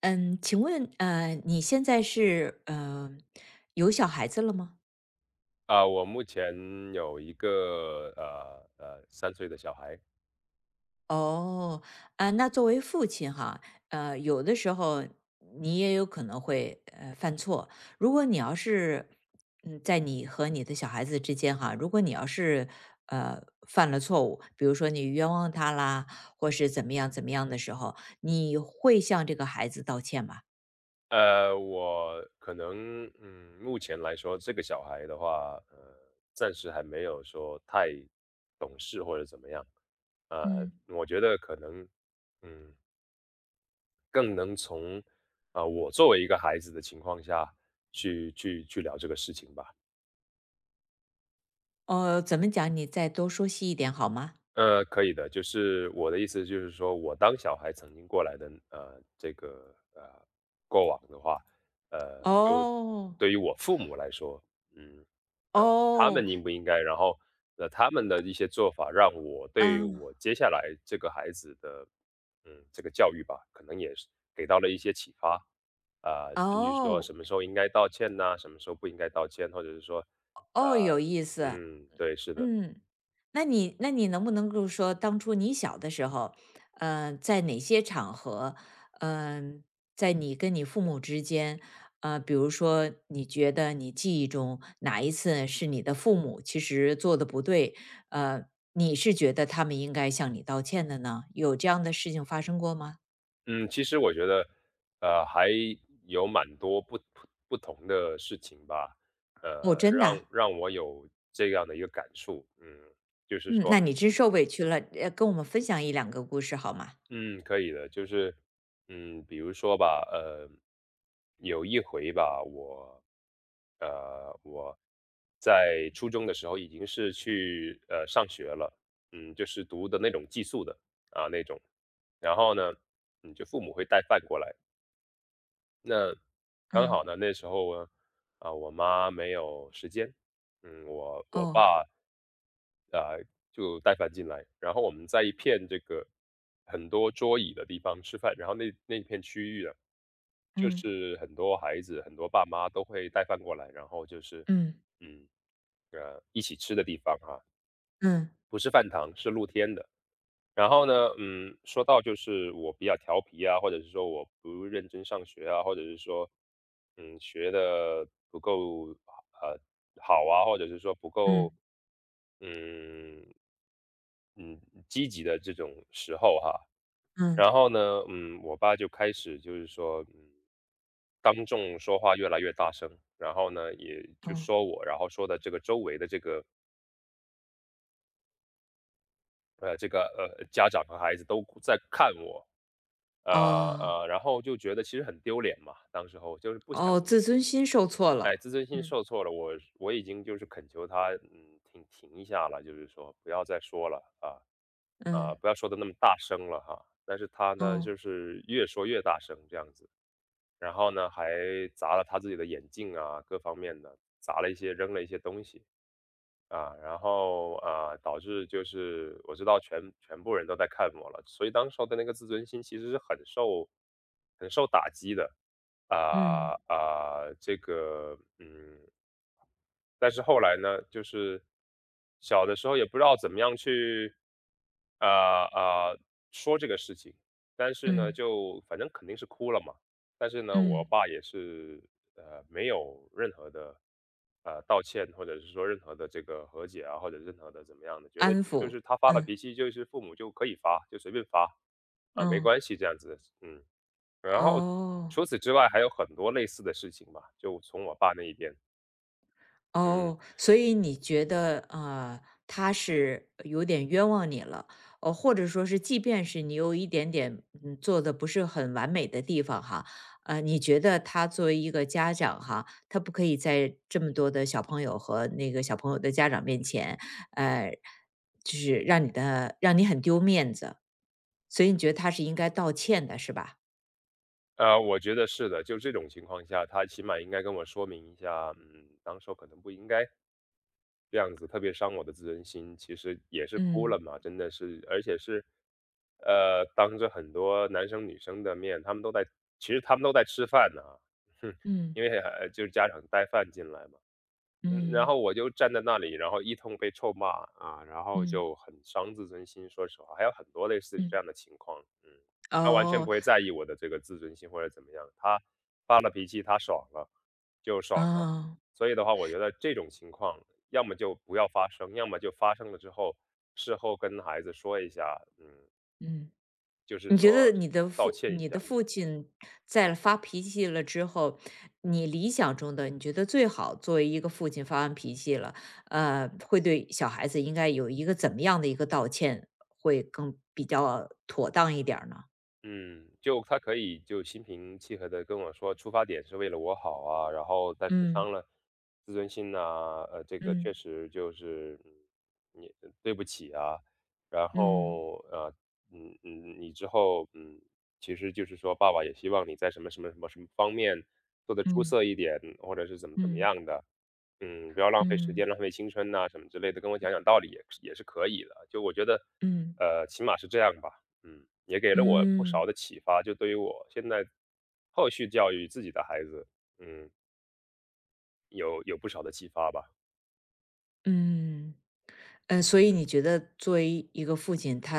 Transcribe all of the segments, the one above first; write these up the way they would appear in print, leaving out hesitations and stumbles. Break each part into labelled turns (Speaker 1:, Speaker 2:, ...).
Speaker 1: 嗯，请问，你现在是有小孩子了吗？
Speaker 2: 啊，我目前有一个三岁的小孩，
Speaker 1: 哦。啊，那作为父亲哈，有的时候你也有可能会犯错。如果你要是在你和你的小孩子之间哈，如果你要是呃犯了错误，比如说你冤枉他啦，或是怎么样怎么样的时候，你会向这个孩子道歉吗？
Speaker 2: 我可能目前来说，这个小孩的话，暂时还没有说太懂事或者怎么样，呃，
Speaker 1: 嗯。
Speaker 2: 我觉得可能嗯，更能从我作为一个孩子的情况下去聊这个事情吧。
Speaker 1: 哦，怎么讲？你再多说细一点好吗？
Speaker 2: 可以的，就是我的意思就是说，我当小孩曾经过来的，这个过往的话，就
Speaker 1: 哦。
Speaker 2: 对于我父母来说，嗯，呃，他
Speaker 1: 哦。
Speaker 2: 们应不应该，然后他们的一些做法，让我对
Speaker 1: 嗯。
Speaker 2: 我接下来这个孩子的，这个教育吧，可能也是给到了一些启发，至于说
Speaker 1: 哦。
Speaker 2: 什么时候应该道歉呐、什么时候不应该道歉，或者是说，啊、
Speaker 1: 哦，有意思。
Speaker 2: 对，是的。
Speaker 1: 嗯。那你能不能够说当初你小的时候，在哪些场合，嗯、在你跟你父母之间，比如说你觉得你记忆中哪一次是你的父母其实做的不对，呃，你是觉得他们应该向你道歉的呢？有这样的事情发生过吗？
Speaker 2: 嗯，其实我觉得，还有蛮多不同的事情吧，呃，
Speaker 1: 哦，真的
Speaker 2: 让
Speaker 1: 啊。
Speaker 2: 让我有这样的一个感触，就是
Speaker 1: 嗯，
Speaker 2: 说，
Speaker 1: 那你真受委屈了，跟我们分享一两个故事好吗？
Speaker 2: 嗯，可以的，就是，比如说吧，有一回吧，我，我在初中的时候已经是去上学了，就是读的那种寄宿的那种，然后呢，就父母会带饭过来，那刚好
Speaker 1: 嗯。
Speaker 2: 呢，那时候我妈没有时间，我
Speaker 1: 哦。
Speaker 2: 爸啊就带饭进来，然后我们在一片这个很多桌椅的地方吃饭，然后那片区域啊，就
Speaker 1: 嗯
Speaker 2: 是很多孩子、很多爸妈都会带饭过来，然后就是
Speaker 1: 嗯
Speaker 2: 嗯一起吃的地方哈、
Speaker 1: 嗯
Speaker 2: 不是饭堂，是露天的。然后呢，说到就是我比较调皮啊，或者是说我不认真上学啊，或者是说，学的不够呃好啊，或者是说不
Speaker 1: 嗯
Speaker 2: 够嗯嗯积极的这种时候哈，
Speaker 1: 嗯
Speaker 2: 然后呢，我爸就开始就是说，当众说话越来越大声，然后呢，也就
Speaker 1: 嗯。
Speaker 2: 说我，然后说的这个周围的这个这个家长和孩子都在看我，呃
Speaker 1: 哦
Speaker 2: 然后就觉得其实很丢脸嘛，当时候就是不想，
Speaker 1: 哦，自尊心受挫
Speaker 2: 哎，
Speaker 1: 了。
Speaker 2: 自尊心
Speaker 1: 嗯
Speaker 2: 受挫了，我已经就是恳求他，停一下了，就是说不要再说了啊，
Speaker 1: 嗯。
Speaker 2: 不要说的那么大声了哈。但是他呢，
Speaker 1: 哦。
Speaker 2: 就是越说越大声这样子，然后呢还砸了他自己的眼镜啊，各方面的砸了一些，扔了一些东西，然后导致就是我知道全部人都在看我了，所以当时候的那个自尊心其实是很受打击的，
Speaker 1: 嗯
Speaker 2: 啊、啊、这个嗯，但是后来呢，就是小的时候也不知道怎么样去啊啊、说这个事情，但是呢，
Speaker 1: 嗯
Speaker 2: 就反正肯定是哭了嘛，但是呢，我
Speaker 1: 嗯。
Speaker 2: 爸也是没有任何的道歉，或者是说任何的这个和解啊，或者任何的怎么样的，觉得
Speaker 1: 安
Speaker 2: 就
Speaker 1: 抚。
Speaker 2: 是他发了
Speaker 1: 嗯
Speaker 2: 脾气，就是父母就可以发，就随便发啊，没
Speaker 1: 嗯。
Speaker 2: 关系这样子，嗯。然后
Speaker 1: 哦。
Speaker 2: 除此之外还有很多类似的事情吧，就从我爸那一边，嗯。
Speaker 1: 哦，所以你觉得，他是有点冤枉你了，或者说是，即便是你有一点点，做的不是很完美的地方哈，你觉得他作为一个家长哈，他不可以在这么多的小朋友和那个小朋友的家长面前，呃，就是让你很丢面子，所以你觉得他是应该道歉的，是吧？
Speaker 2: 我觉得是的，就这种情况下，他起码应该跟我说明一下，当时候可能不应该这样子特别伤我的自尊心，其实也是哭了
Speaker 1: 嗯
Speaker 2: 嘛，真的是，而且是，当着很多男生女生的面，他们都在，其实他们都在吃饭呢，哼，
Speaker 1: 嗯
Speaker 2: 因为就是家长带饭进来嘛。然
Speaker 1: 嗯
Speaker 2: 后我就站在那里，然后一通被臭骂啊，然后
Speaker 1: 嗯
Speaker 2: 就很伤自尊心。说实话，还有很多类似这
Speaker 1: 嗯。
Speaker 2: 样的情况。嗯，他完全不
Speaker 1: 哦。
Speaker 2: 会在意我的这个自尊心或者怎么样，他发了脾气，他爽了就爽了。
Speaker 1: 啊。
Speaker 2: 所以的话，我觉得这种情况要么就不要发生，要么就发生了之后，事后跟孩子说一下，
Speaker 1: 嗯。
Speaker 2: 就是
Speaker 1: 你觉得
Speaker 2: 说
Speaker 1: 你的
Speaker 2: 道
Speaker 1: 父
Speaker 2: 歉一
Speaker 1: 你的
Speaker 2: 下。
Speaker 1: 父亲在发脾气了之后，你理想中的，你觉得最好作为一个父亲发完脾气了，会对小孩子应该有一个怎么样的一个道歉，会更比较妥当一点儿呢？
Speaker 2: 嗯，就他可以就心平气和地跟我说，出发点是为了我好啊，然后但是
Speaker 1: 嗯
Speaker 2: 伤了自尊心呐，这个确
Speaker 1: 嗯
Speaker 2: 实就是，你对不起啊，然
Speaker 1: 嗯
Speaker 2: 后，你之后，其实就是说爸爸也希望你在什么什么什么什么方面做得出
Speaker 1: 嗯
Speaker 2: 色一点，或者是怎么
Speaker 1: 嗯
Speaker 2: 样的，不要浪费时
Speaker 1: 嗯
Speaker 2: 间、浪费青春呐，什么之类的，跟我讲讲道理也是可以的，就我觉得，
Speaker 1: 嗯
Speaker 2: 起码是这样吧。也给
Speaker 1: 嗯
Speaker 2: 了我不少
Speaker 1: 嗯
Speaker 2: 的启发，就对于我现在后续教育自己的孩子，嗯，有不少的启发吧。
Speaker 1: 嗯。嗯，所以你觉得作为一个父亲，他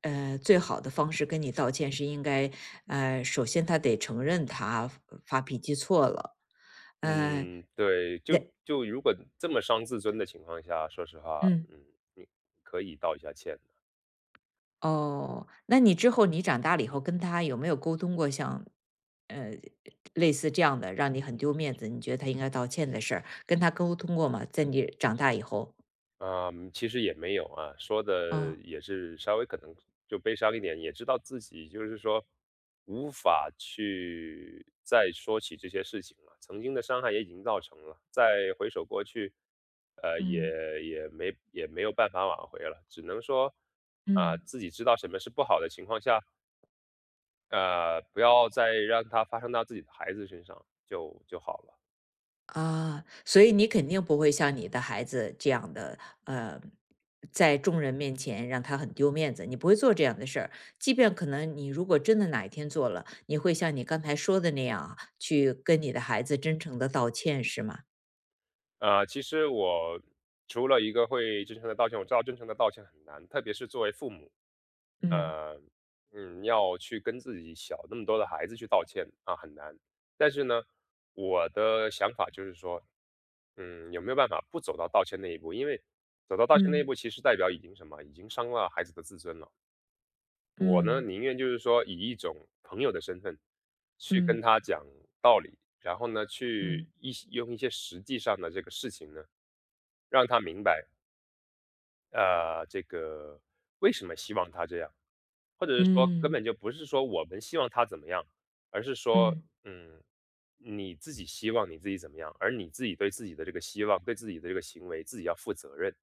Speaker 1: 最好的方式跟你道歉是应该，首先他得承认他发脾气错了，呃，
Speaker 2: 嗯，对，就
Speaker 1: 那。
Speaker 2: 就如果这么伤自尊的情况下，说实话，
Speaker 1: 嗯。
Speaker 2: 嗯，你可以道一下歉。
Speaker 1: 哦，那你之后你长大了以后跟他有没有沟通过像呃类似这样的让你很丢面子，你觉得他应该道歉的事儿，跟他沟通过吗？在你长大以后，
Speaker 2: 嗯，其实也没有啊，说的
Speaker 1: 哦。
Speaker 2: 也是稍微可能就悲伤一点，也知道自己就是说无法去再说起这些事情了，曾经的伤害也已经造成了，再回首过去，呃，也
Speaker 1: 嗯。
Speaker 2: 也没有办法挽回了，只能说啊，
Speaker 1: 嗯。
Speaker 2: 自己知道什么是不好的情况下，不要再让它发生到自己的孩子身上就好了。
Speaker 1: 啊，所以你肯定不会像你的孩子这样的，呃，在众人面前让他很丢面子，你不会做这样的事儿。即便可能你如果真的哪一天做了，你会像你刚才说的那样啊，去跟你的孩子真诚的道歉，是吗？
Speaker 2: 其实我除了一个会真诚的道歉，我知道真诚的道歉很难，特别是作为父母，
Speaker 1: 嗯
Speaker 2: 呃，要去跟自己小那么多的孩子去道歉啊，很难。但是呢，我的想法就是说，有没有办法不走到道歉那一步？因为走到道歉那一
Speaker 1: 嗯
Speaker 2: 步，其实代表已经什么，已经伤了孩子的自尊了。我呢，
Speaker 1: 嗯
Speaker 2: 宁愿就是说以一种朋友的身份去跟
Speaker 1: 嗯
Speaker 2: 他讲道理，然后呢，去
Speaker 1: 嗯
Speaker 2: 一些用一些实际上的这个事情呢。让他明白，这个为什么希望他这样，或者是说根
Speaker 1: 嗯
Speaker 2: 本就不是说我们希望他怎么样，而是说，
Speaker 1: 嗯
Speaker 2: 嗯，你自己希望你自己怎么样，而你自己对自己的这个希望，对自己的这个行为，自己要负责任。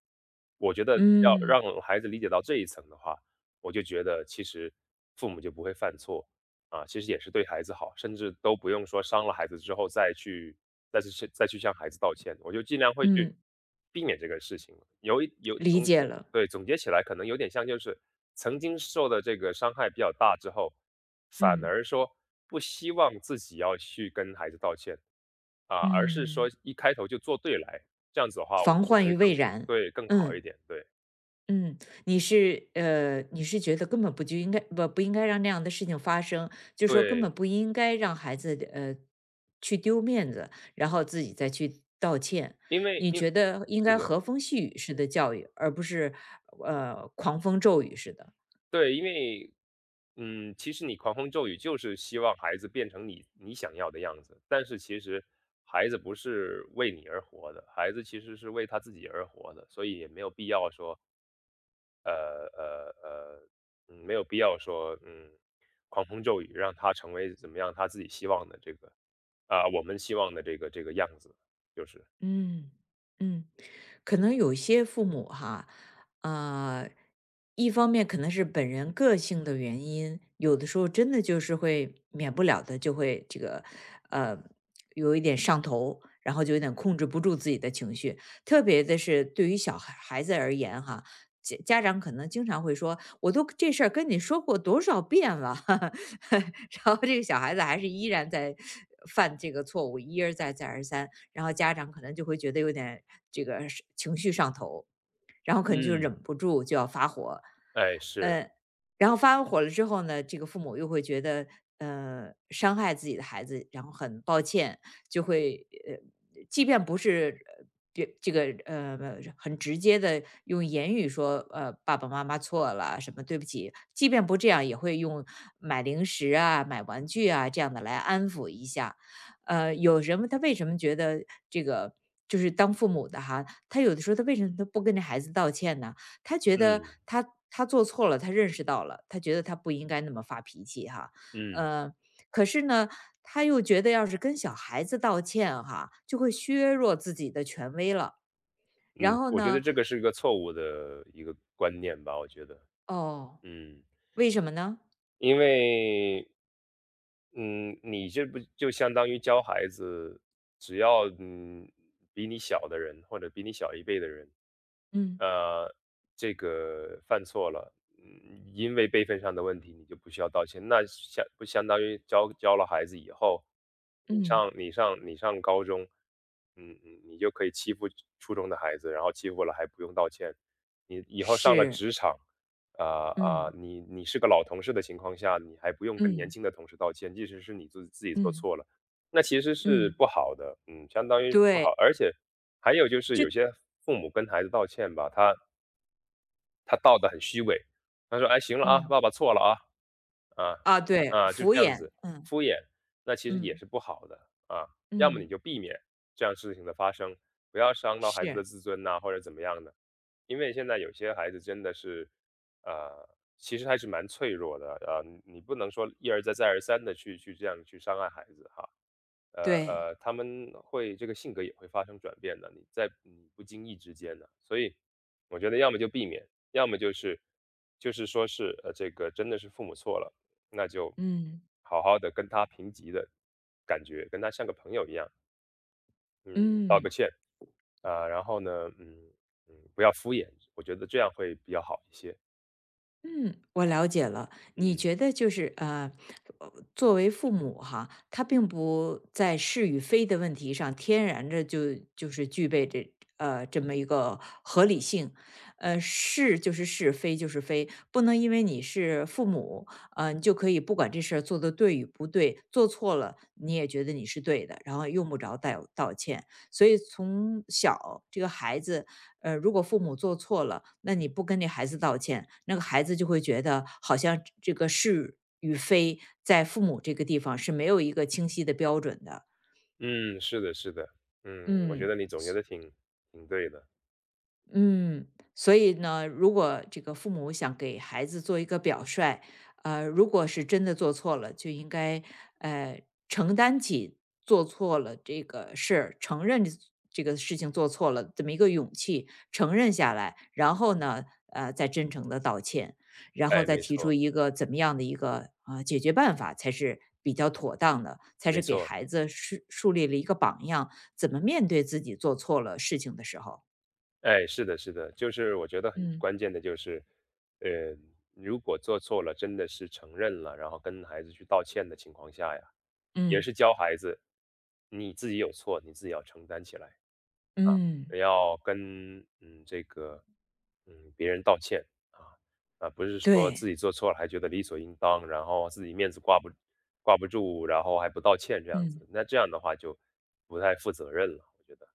Speaker 2: 我觉得要
Speaker 1: 嗯
Speaker 2: 让孩子理解到这一层的话，我就觉得其实父母就不会犯错啊，其实也是对孩子好，甚至都不用说伤了孩子之后再去向孩子道歉，我就尽量会去
Speaker 1: 嗯，
Speaker 2: 避免这个事情。有一有
Speaker 1: 理
Speaker 2: 总
Speaker 1: 解了。
Speaker 2: 对，总结起来可能有点像就是曾经受的这个伤害比较大之后，反
Speaker 1: 嗯
Speaker 2: 而说不希望自己要去跟孩子道歉，而是说
Speaker 1: 嗯，
Speaker 2: 一开头就做对来，这样子的话，
Speaker 1: 防
Speaker 2: 我觉得
Speaker 1: 患
Speaker 2: 会
Speaker 1: 于未
Speaker 2: 更
Speaker 1: 然。
Speaker 2: 对，更好一
Speaker 1: 嗯。
Speaker 2: 点，对，
Speaker 1: 嗯，你是觉得根本不就应该不应该让那样的事情发生，就说根本
Speaker 2: 对，
Speaker 1: 不应该让孩子去丢面子，然后自己再去道歉。
Speaker 2: 因为
Speaker 1: 你
Speaker 2: 因
Speaker 1: 觉得应
Speaker 2: 是
Speaker 1: 该
Speaker 2: 的。
Speaker 1: 和风细雨式的教育，而不是狂风骤雨似的。
Speaker 2: 对，因为，其实你狂风骤雨就是希望孩子变成你想要的样子，但是其实孩子不是为你而活的，孩子其实是为他自己而活的，所以也没有必要说，呃呃呃，没有必要说，狂风骤雨让他成为怎么样他自己希望的这个我们希望的这个样子，就是，
Speaker 1: 嗯。嗯，可能有一些父母哈，呃，一方面可能是本人个性的原因，有的时候真的就是会免不了的就会这个呃有一点上头，然后就有点控制不住自己的情绪，特别的是对于小孩孩子而言哈。家长可能经常会说：“我都这事儿跟你说过多少遍了”，然后这个小孩子还是依然在犯这个错误，一而再，再而三。然后家长可能就会觉得有点这个是情绪上头，然后可能就忍
Speaker 2: 嗯
Speaker 1: 不住就要发火。
Speaker 2: 哎，是，
Speaker 1: 呃，然后发完火了之后呢，这个父母又会觉得，伤害自己的孩子，然后很抱歉，就会即便不是别这个很直接的用言语说，爸爸妈妈错了，什么对不起，即便不这样，也会用买零食啊、买玩具啊这样的来安抚一下。有人问他为什么觉得这个就是当父母的哈，他有的时候他为什么他不跟这孩子道歉呢？他觉得
Speaker 2: 嗯
Speaker 1: 他做错了，他认识到了，他觉得他不应该那么发脾气哈，
Speaker 2: 嗯
Speaker 1: 呃，可是呢，他又觉得要是跟小孩子道歉哈，就会削弱自己的权威了。然
Speaker 2: 嗯，
Speaker 1: 后
Speaker 2: 我觉得
Speaker 1: 呢？
Speaker 2: 这个是一个错误的一个观念吧，我觉得，
Speaker 1: 哦，
Speaker 2: 嗯。
Speaker 1: 为什么呢？
Speaker 2: 因为，嗯，你这不就相当于教孩子，只要比你小的人或者比你小一辈的人，
Speaker 1: 嗯
Speaker 2: 呃，这个犯错了，因为辈分上的问题，你就不需要道歉，那相不相当于教了孩子以后，你
Speaker 1: 嗯，
Speaker 2: 上你上你上高中，你就可以欺负初中的孩子，然后欺负了还不用道歉，你以后上了
Speaker 1: 是。
Speaker 2: 职场。
Speaker 1: 嗯
Speaker 2: 你是个老同事的情况下，你还不用跟年
Speaker 1: 嗯
Speaker 2: 轻的同事道歉，即使是你自己做
Speaker 1: 嗯
Speaker 2: 错了，那其实是
Speaker 1: 嗯，
Speaker 2: 不好的，相当于是不
Speaker 1: 对，
Speaker 2: 好。而且还有就是有
Speaker 1: 就。
Speaker 2: 些父母跟孩子道歉吧，他道得很虚伪，他说：“哎，行了啊，
Speaker 1: 嗯。
Speaker 2: 爸爸错了啊。”啊，
Speaker 1: 啊，对，
Speaker 2: 就
Speaker 1: 敷
Speaker 2: 这样
Speaker 1: 衍。
Speaker 2: 子
Speaker 1: 嗯
Speaker 2: 敷衍，那其实也
Speaker 1: 嗯
Speaker 2: 是不好的，啊。要么你
Speaker 1: 嗯，
Speaker 2: 就避免这样事情的发生，不要伤到孩子的
Speaker 1: 是。
Speaker 2: 自尊呐，或者怎么样的。因为现在有些孩子真的是，呃，其实还是蛮脆弱的，你不能说一而再再而三的去这样去伤害孩子哈。
Speaker 1: 对。
Speaker 2: 他们会这个性格也会发生转变的，你在你不经意之间的，所以我觉得要么就避免，要么就是说是，这个真的是父母错了，那就
Speaker 1: 嗯
Speaker 2: 好好的跟他平级的感觉，跟他像个朋友一样，嗯，道
Speaker 1: 嗯。
Speaker 2: 个歉。然后呢，不要敷衍，我觉得这样会比较好一些。
Speaker 1: 嗯，我了解了。你
Speaker 2: 嗯，
Speaker 1: 觉得就是作为父母哈，他并不在是与非的问题上天然的就是具备这么一个合理性，是就是是，非就是非，不能因为你是父母，你就可以不管这事儿做的对与不对，做错了你也觉得你是对的，然后用不着道歉。所以从小这个孩子，如果父母做错了，那你不跟你孩子道歉，那个孩子就会觉得好像这个是与非在父母这个地方是没有一个清晰的标准的。
Speaker 2: 嗯，是的是的，我觉
Speaker 1: 嗯。
Speaker 2: 得你总结的挺对的。
Speaker 1: 嗯，所以呢，如果这个父母想给孩子做一个表率，如果是真的做错了，就应该呃承担起做错了这个事儿，承认这个事情做错了这么一个勇气，承认下来，然后呢，再真诚的道歉，然后
Speaker 2: 哎，
Speaker 1: 再
Speaker 2: 没
Speaker 1: 提出
Speaker 2: 错，
Speaker 1: 一个怎么样的一个解决办法才是比较妥当的，才
Speaker 2: 没
Speaker 1: 是给
Speaker 2: 错。
Speaker 1: 孩子树立了一个榜样，怎么面对自己做错了事情的时候，
Speaker 2: 哎，是的，是的，就是我觉得很
Speaker 1: 嗯。
Speaker 2: 关键的就是，呃，如果做错了，真的是承认了，然后跟孩子去道歉的情况下呀，也
Speaker 1: 嗯。
Speaker 2: 是教孩子，你自己有错，你自己要承担起来，
Speaker 1: 嗯。
Speaker 2: 要跟这个别人道歉啊啊，不是说自
Speaker 1: 对。
Speaker 2: 己做错了还觉得理所应当，然后自己面子挂不住，然后还不道歉这样
Speaker 1: 嗯。
Speaker 2: 子，那这样的话就不太负责任了，我觉得。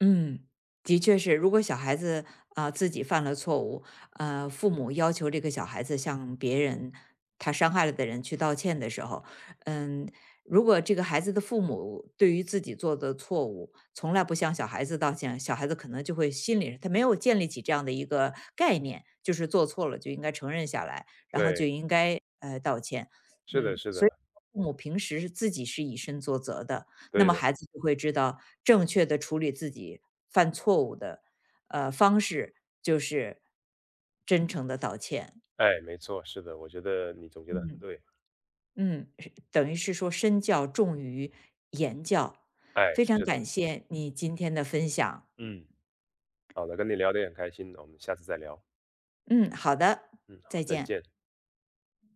Speaker 1: 嗯。的确是，如果小孩子，啊，自己犯了错误，父母要求这个小孩子向别人他伤害了的人去道歉的时候，嗯，如果这个孩子的父母对于自己做的错误，从来不向小孩子道歉，小孩子可能就会心里他没有建立起这样的一个概念，就是做错了就应该承认下来，然后就
Speaker 2: 对，
Speaker 1: 应该，道歉。
Speaker 2: 是的，
Speaker 1: 嗯，
Speaker 2: 是
Speaker 1: 所以
Speaker 2: 的，
Speaker 1: 父母平时是自己是以身作则的。那
Speaker 2: 对
Speaker 1: 么
Speaker 2: 的。
Speaker 1: 孩子就会知道正确的处理自己犯错误的，方式就是真诚的道歉。
Speaker 2: 哎，没错，是的，我觉得你总结的很
Speaker 1: 嗯。
Speaker 2: 对。
Speaker 1: 嗯，是等于是说身教重于言教。
Speaker 2: 哎，
Speaker 1: 非常
Speaker 2: 是的，
Speaker 1: 感谢你今天的分享。
Speaker 2: 嗯，好的，跟你聊得也很开心，我们下次再聊。
Speaker 1: 嗯，好的，
Speaker 2: 嗯，好，
Speaker 1: 再
Speaker 2: 再
Speaker 1: 见。
Speaker 2: 见。